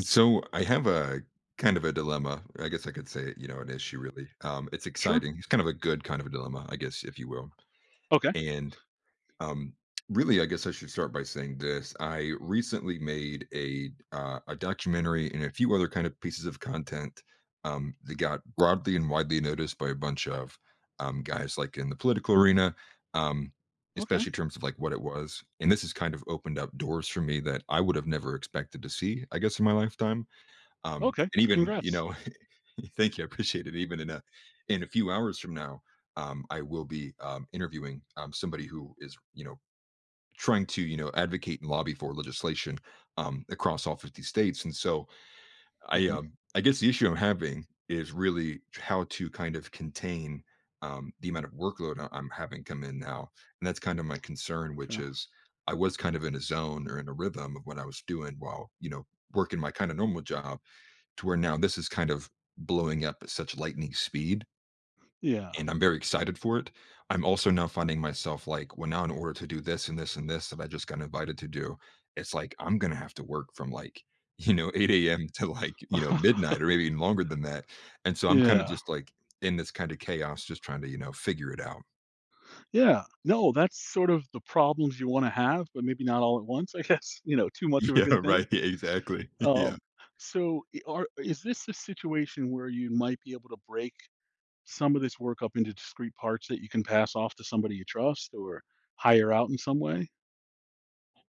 So I have a kind of a dilemma. I guess I could say it, an issue really. It's Sure. exciting. It's kind of a good kind of a dilemma, I guess, if you will. Okay. And um, Really, I guess I should start by saying this. I recently made a documentary and a few other kind of pieces of content that got broadly and widely noticed by a bunch of guys like in the political arena. Um, Okay. Especially in terms of like what it was, and this has kind of opened up doors for me that I would have never expected to see, I guess, in my lifetime. um, Okay. and even, you Congrats. know thank you, I appreciate it. Even in a few hours from now, I will be, interviewing, somebody who is, you know, trying to, you know, advocate and lobby for legislation, across all 50 states. And so I, Mhm. um I guess the issue I'm having is really how to kind of contain, the amount of workload I'm having come in now. And that's kind of my concern, which Okay. is I was kind of in a zone or in a rhythm of what I was doing while, you know, working my kinda normal job, to where now this is kind of blowing up at such lightning speed, Yeah. and I'm very excited for it. I'm also now finding myself like, well, now in order to do this and this and this that I just got invited to do, it's like I'm gonna have to work from like, you know, 8 a.m. to like, you know, midnight or maybe even longer than that. And so I'm kind of Yeah. just like in this kind of chaos, just trying to, you know, figure it out. Yeah. No, that's sort of the problems you wanna have, but maybe not all at once, I guess, too much of a Yeah, good thing. right. Exactly. Yeah. Um, so I are is this a situation where you might be able to break some of this work up into discrete parts that you can pass off to somebody you trust or hire out in some way?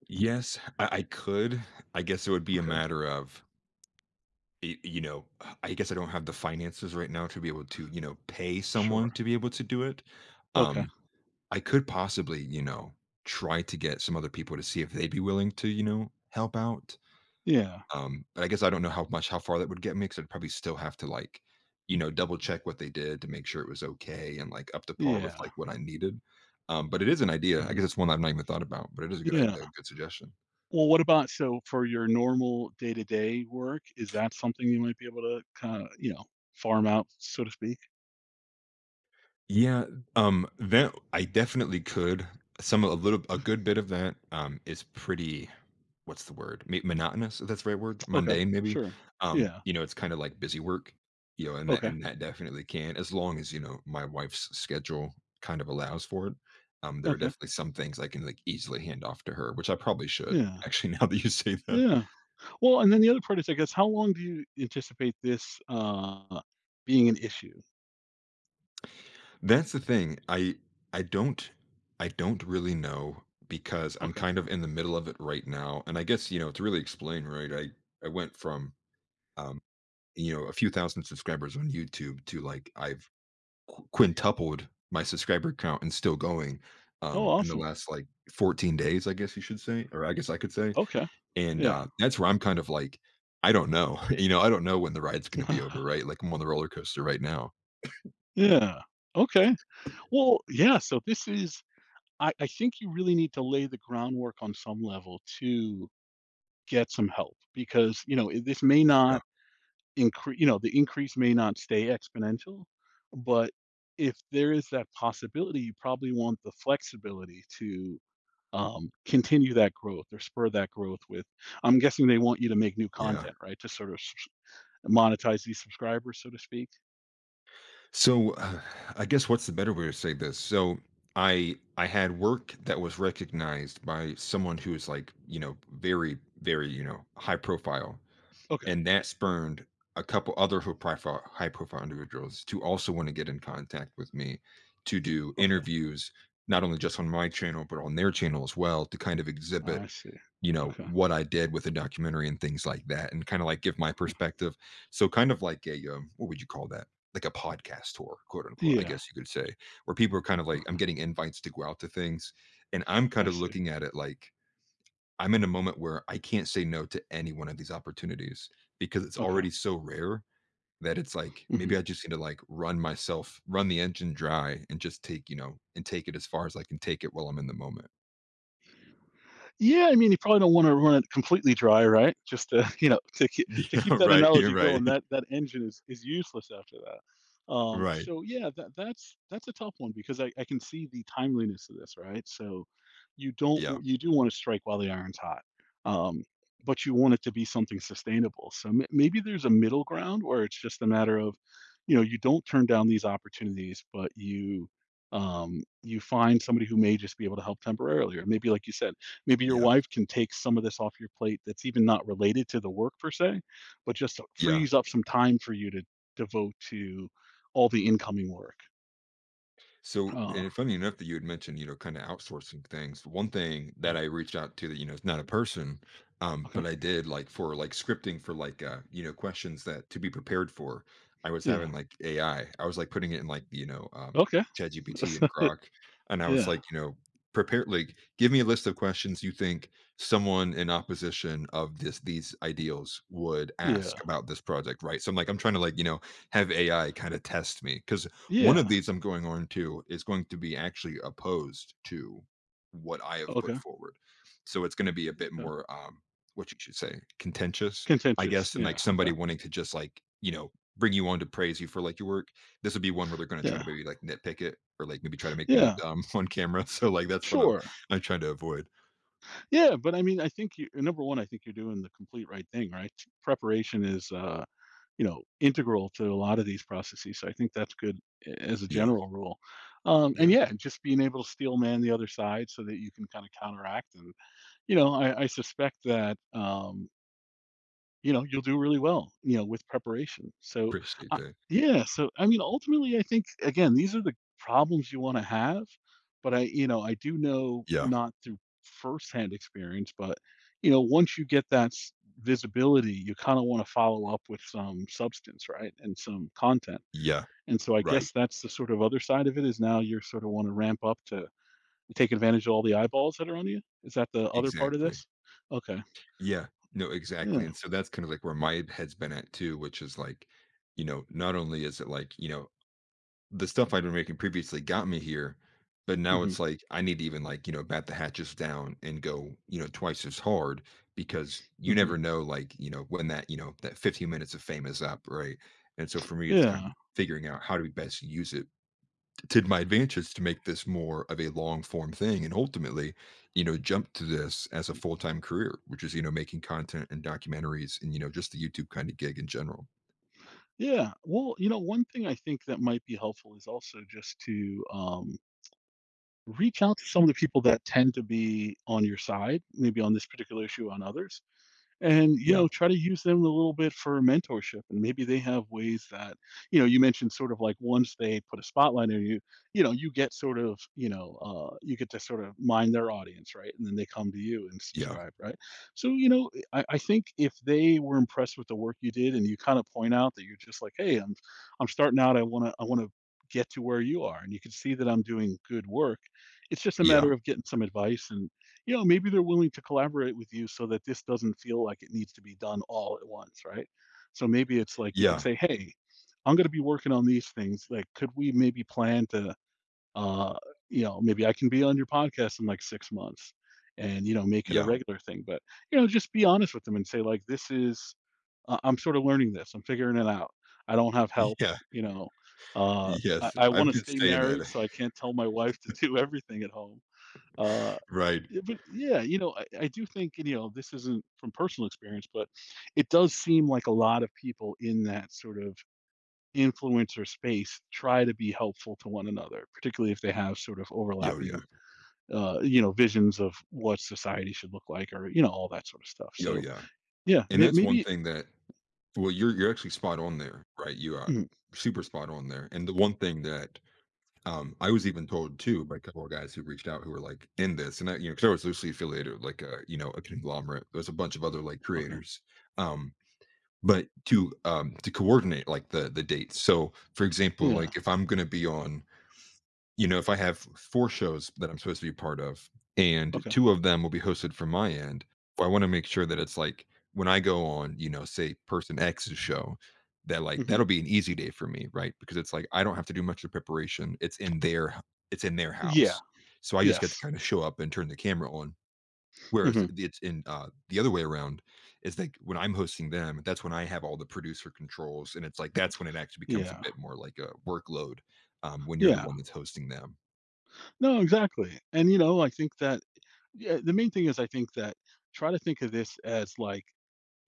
Yes, I could. I guess it would be a Okay. matter of you know, I guess I don't have the finances right now to be able to, you know, pay someone Sure. to be able to do it Okay. um I could possibly, you know, try to get some other people to see if they'd be willing to, you know, help out. Yeah. But I guess I don't know how much, how far that would get me, because I'd probably still have to like, you know, double check what they did to make sure it was okay and like up to par with Yeah. like what I needed. But it is an idea, I Mhm. guess. It's one I've not even thought about, but it is a Yeah. A good suggestion. Well, what about, so, for your normal day-to-day work, is that something you might be able to kinda, farm out, so to speak? Yeah, that I definitely could. Some a little a good bit of that, is pretty, what's the word? Me Monotonous, if that's the right word? Okay, Mundane, maybe? sure. Yeah. You know, it's kinda like busy work, you know, and that Okay, and that definitely can, as long as, you know, my wife's schedule kind of allows for it. There are okay. definitely some things I can, like, easily hand off to her, which I probably should, Yeah, actually, now that you say that. yeah. Well, and then the other part is, I guess, how long do you anticipate this, being an issue? That's the thing. I don't I don't really know because I'm Okay. kind of in the middle of it right now. And I guess, you know, to really explain, right? I went from um, you know, a few thousand subscribers on YouTube to like I've quintupled my subscriber count and still going Oh, in the awesome. last like 14 days, I guess you should say, or I guess I could say. Okay. And Yeah. That's where I'm kind of like, I don't know. You know, I don't know when the ride's going to be over, right? Like I'm on the roller coaster right now. Yeah. Okay. Well, yeah, so this is I think you really need to lay the groundwork on some level to get some help, because, this may Yeah. not increase, the increase may not stay exponential, but if there is that possibility, you probably want the flexibility to continue that growth or spur that growth with. I'm guessing they want you to make new Yeah. content, right? To sort of monetize these subscribers, so to speak. So, I guess what's the better way to say this? So, I had work that was recognized by someone who is like, you know, very, very, you know, high profile, Okay. and that spurned a couple other high profile individuals to also want to get in contact with me to do Okay. interviews, not only just on my channel but on their channel as well, to kind of exhibit, I see. you know, Okay. what I did with the documentary and things like that, and kinda, like, give my Yeah. perspective. So kind of like a, what would you call that? Like a podcast tour, quote, unquote, I Yeah. guess you could say, where people are kind of like, Okay. I'm getting invites to go out to things, and I'm I kinda see. looking at it like, I'm in a moment where I can't say no to any one of these opportunities, because it's Okay. already so rare. That it's like, maybe Hmm. I just need to, like, run the engine dry and just take, you know and take it as far as I can take it while I'm in the moment. Yeah, I mean, you probably don't want to run it completely dry, right? Just to, to keep to Yeah, keep that right, you're analogy right. going, that that engine is useless after that. Right. So yeah, that that's a tough one because I can see the timeliness of this, right? So you don't, Yeah, you do want to strike while the iron's hot, um, but you want it to be something sustainable. So maybe there's a middle ground where it's just a matter of, you know, you don't turn down these opportunities, but you find somebody who may just be able to help temporarily, or maybe like you said, maybe your yeah. wife can take some of this off your plate that's even not related to the work per se, but just Yeah. frees up some time for you to devote to all the incoming work. So, Uh, and funny enough that you had mentioned, you know, kind of outsourcing things. One thing that mm, I reached out to that, you know, it's not a person, okay. but I did like for like scripting for you know, questions that to be prepared for. I was Yeah. having like AI. I was like putting it in like, you know, Okay. ChatGPT and Grok. And I was Yeah. like, you know, prepare, like, give me a list of questions you think someone in opposition of this, these ideals would ask Yeah. about this project. Right. So I'm like, I'm trying to like, you know, have AI kind of test me, because one of Yeah. these I'm going on to is going to be actually opposed to what I have put Okay. forward. So it's going to be a bit Okay. more, what you should say, contentious, I Contentious. guess, and Yeah. like Okay. somebody wanting to just like, you know, bring you on to praise you for like your work. This would be one where they're going to try to Yeah. maybe like nitpick it or like maybe try to make me look Yeah. dumb on camera. So like that's what I'm Sure. I'm trying to avoid. Yeah, but I mean, I think you, number one, I think you're doing the complete right thing, right? Preparation is integral to a lot of these processes. So I think that's good as a Yeah. general rule. And Yeah. yeah, just being able to steel man the other side so that you can kind of counteract. And, you know, I suspect that, you'll do really well, with preparation. So, Appreciate uh, that. yeah. So, I mean, ultimately, I think again, these are the problems you want to have. But I do know, Yeah. not through firsthand experience, but once you get that visibility, you kind of want to follow up with some substance, right, and some content. Yeah. And so, I Right. guess that's the sort of other side of it is, now you're sort of want to ramp up to take advantage of all the eyeballs that are on you. Is that the other part of Exactly. this? Okay. Yeah. No, exactly. Yeah. And so that's kind of like where my head's been at too, which is like, you know, not only is it like, you know, the stuff I'd been making previously got me here, but now Hmm. it's like I need to even like, you know, bat the hatches down and go, you know, twice as hard, because you Hmm. never know like, you know, when that, you know, that 15 minutes of fame is up, right? And so for me, it's kind Yeah. of figuring out how do we best use it to my advantage to make this more of a long form thing and ultimately, you know, jump to this as a full time career, which is, you know, making content and documentaries and, you know, just the YouTube kind of gig in general. Yeah. Well, one thing I think that might be helpful is also just to reach out to some of the people that tend to be on your side, maybe on this particular issue, on others, and Yeah. Try to use them a little bit for mentorship, and maybe they have ways that, you mentioned, sort of like, once they put a spotlight on you, you know you get sort of, you get to sort of mind their audience, right, and then they come to you and Yeah. subscribe, right, so I think if they were impressed with the work you did, and you kind of point out that, you're just like, hey, I'm starting out, I want to get to where you are, and you can see that I'm doing good work, it's just a Yeah. matter of getting some advice, and maybe they're willing to collaborate with you, so that this doesn't feel like it needs to be done all at once, right? So maybe it's like you could Yeah. say, "Hey, I'm going to be working on these things. Like, could we maybe plan to, uh, maybe I can be on your podcast in like 6 months, and make it a Yeah. regular thing." But just be honest with them and say, like, I'm sort of learning this. I'm figuring it out. I don't have help. Yeah. You know, uh, I, Yes. I want I've to been stay saying that. married, so I can't tell my wife to do everything at home." Uh, Right. yeah, but yeah, I do think, this isn't from personal experience, but it does seem like a lot of people in that sort of influencer space try to be helpful to one another, particularly if they have sort of Yo, overlapping, yeah. Visions of what society should look like, or, all that sort of stuff. Yo, So, yeah. yeah, And that's one maybe. thing that, well, you're actually spot on there, right? You are Mm, super spot on there. And the one thing that, I was even told too by a couple of guys who reached out who were like in this, and I, you know, because I was loosely affiliated with like a, you know, a conglomerate. There's a bunch of other like okay. creators, um, but to coordinate like the dates. So, for example, Yeah. like if I'm gonna be on, you know, if I have four shows that I'm supposed to be part of and Okay. two of them will be hosted from my end, I want to make sure that it's like when I go on, you know, say person X's show, that like Hmm. that'll be an easy day for me, right? Because it's like I don't have to do much of preparation. It's in their Yeah. house. So I just get to Yes. kind of show up and turn the camera on. Whereas Hmm. it's in the other way around is like when I'm hosting them, that's when I have all the producer controls, and it's like that's when it actually becomes a Yeah. bit more like a workload, when you're the Yeah. one that's hosting them. No, exactly, and, I think that, yeah, the main thing is, I think that, try to think of this as, like,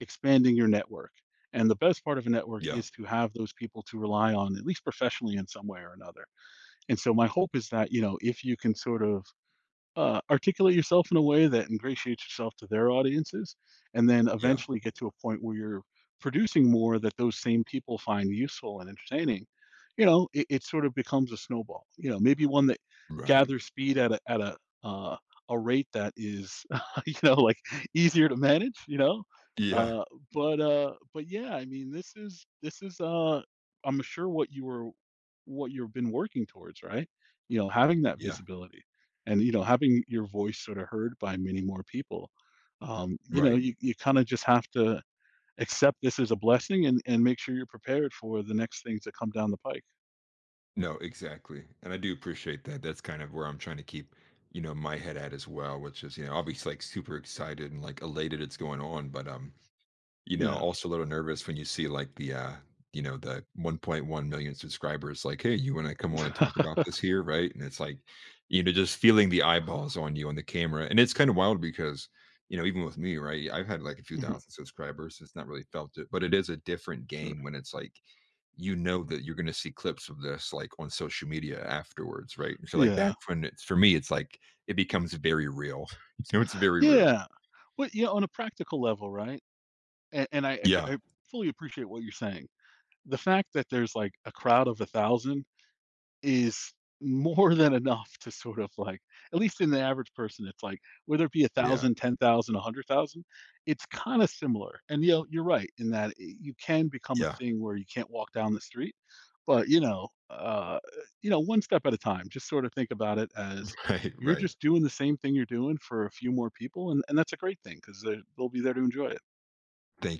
expanding your network, and the best part of a network Yeah, is to have those people to rely on, at least professionally in some way or another, and so my hope is that, if you can sort of articulate yourself in a way that ingratiates yourself to their audiences, and then yeah, eventually get to a point where you're producing more that those same people find useful and entertaining. It sort of becomes a snowball. Maybe one that right. gathers speed at a at a uh, a rate that is, like, easier to manage. Yeah, uh, but yeah, I mean, this is I'm sure what you were, what you've been working towards, right? Having that yeah, visibility, and, having your voice sort of heard by many more people. Um, you know, right. you, you kind of just have to accept this as a blessing, and make sure you're prepared for the next things that come down the pike. No, exactly. And I do appreciate that. That's kind of where I'm trying to keep, you know, my head at as well, which is, you know, obviously like super excited and like elated it's going on, but you know, Yeah. also a little nervous when you see like the you know, the 1.1 million subscribers like, "Hey, you wanna come on and talk about this here?" Right? And it's like, you know, just feeling the eyeballs on you on the camera. And it's kind of wild because, you know, even with me, right? I've had like a few Mhm. thousand subscribers. It's not really felt it, but it is a different game Sure. when it's like, you know that you're gonna see clips of this like on social media afterwards, right? And so like Yeah. that's when it's for me, it's like it becomes very real. You know, it's very real. Yeah. But on a practical level, right? And I Yeah, I I fully appreciate what you're saying. The fact that there's like a crowd of 1,000 is more than enough to sort of, like, at least in the average person it's like, whether it be a yeah, thousand 10,000, 100,000, it's kind of similar, and you're right in that, it, you can become a yeah. thing where you can't walk down the street, but one step at a time, just sort of think about it as, Right, you're right. just doing the same thing you're doing for a few more people, and that's a great thing because they'll be there to enjoy it. Thank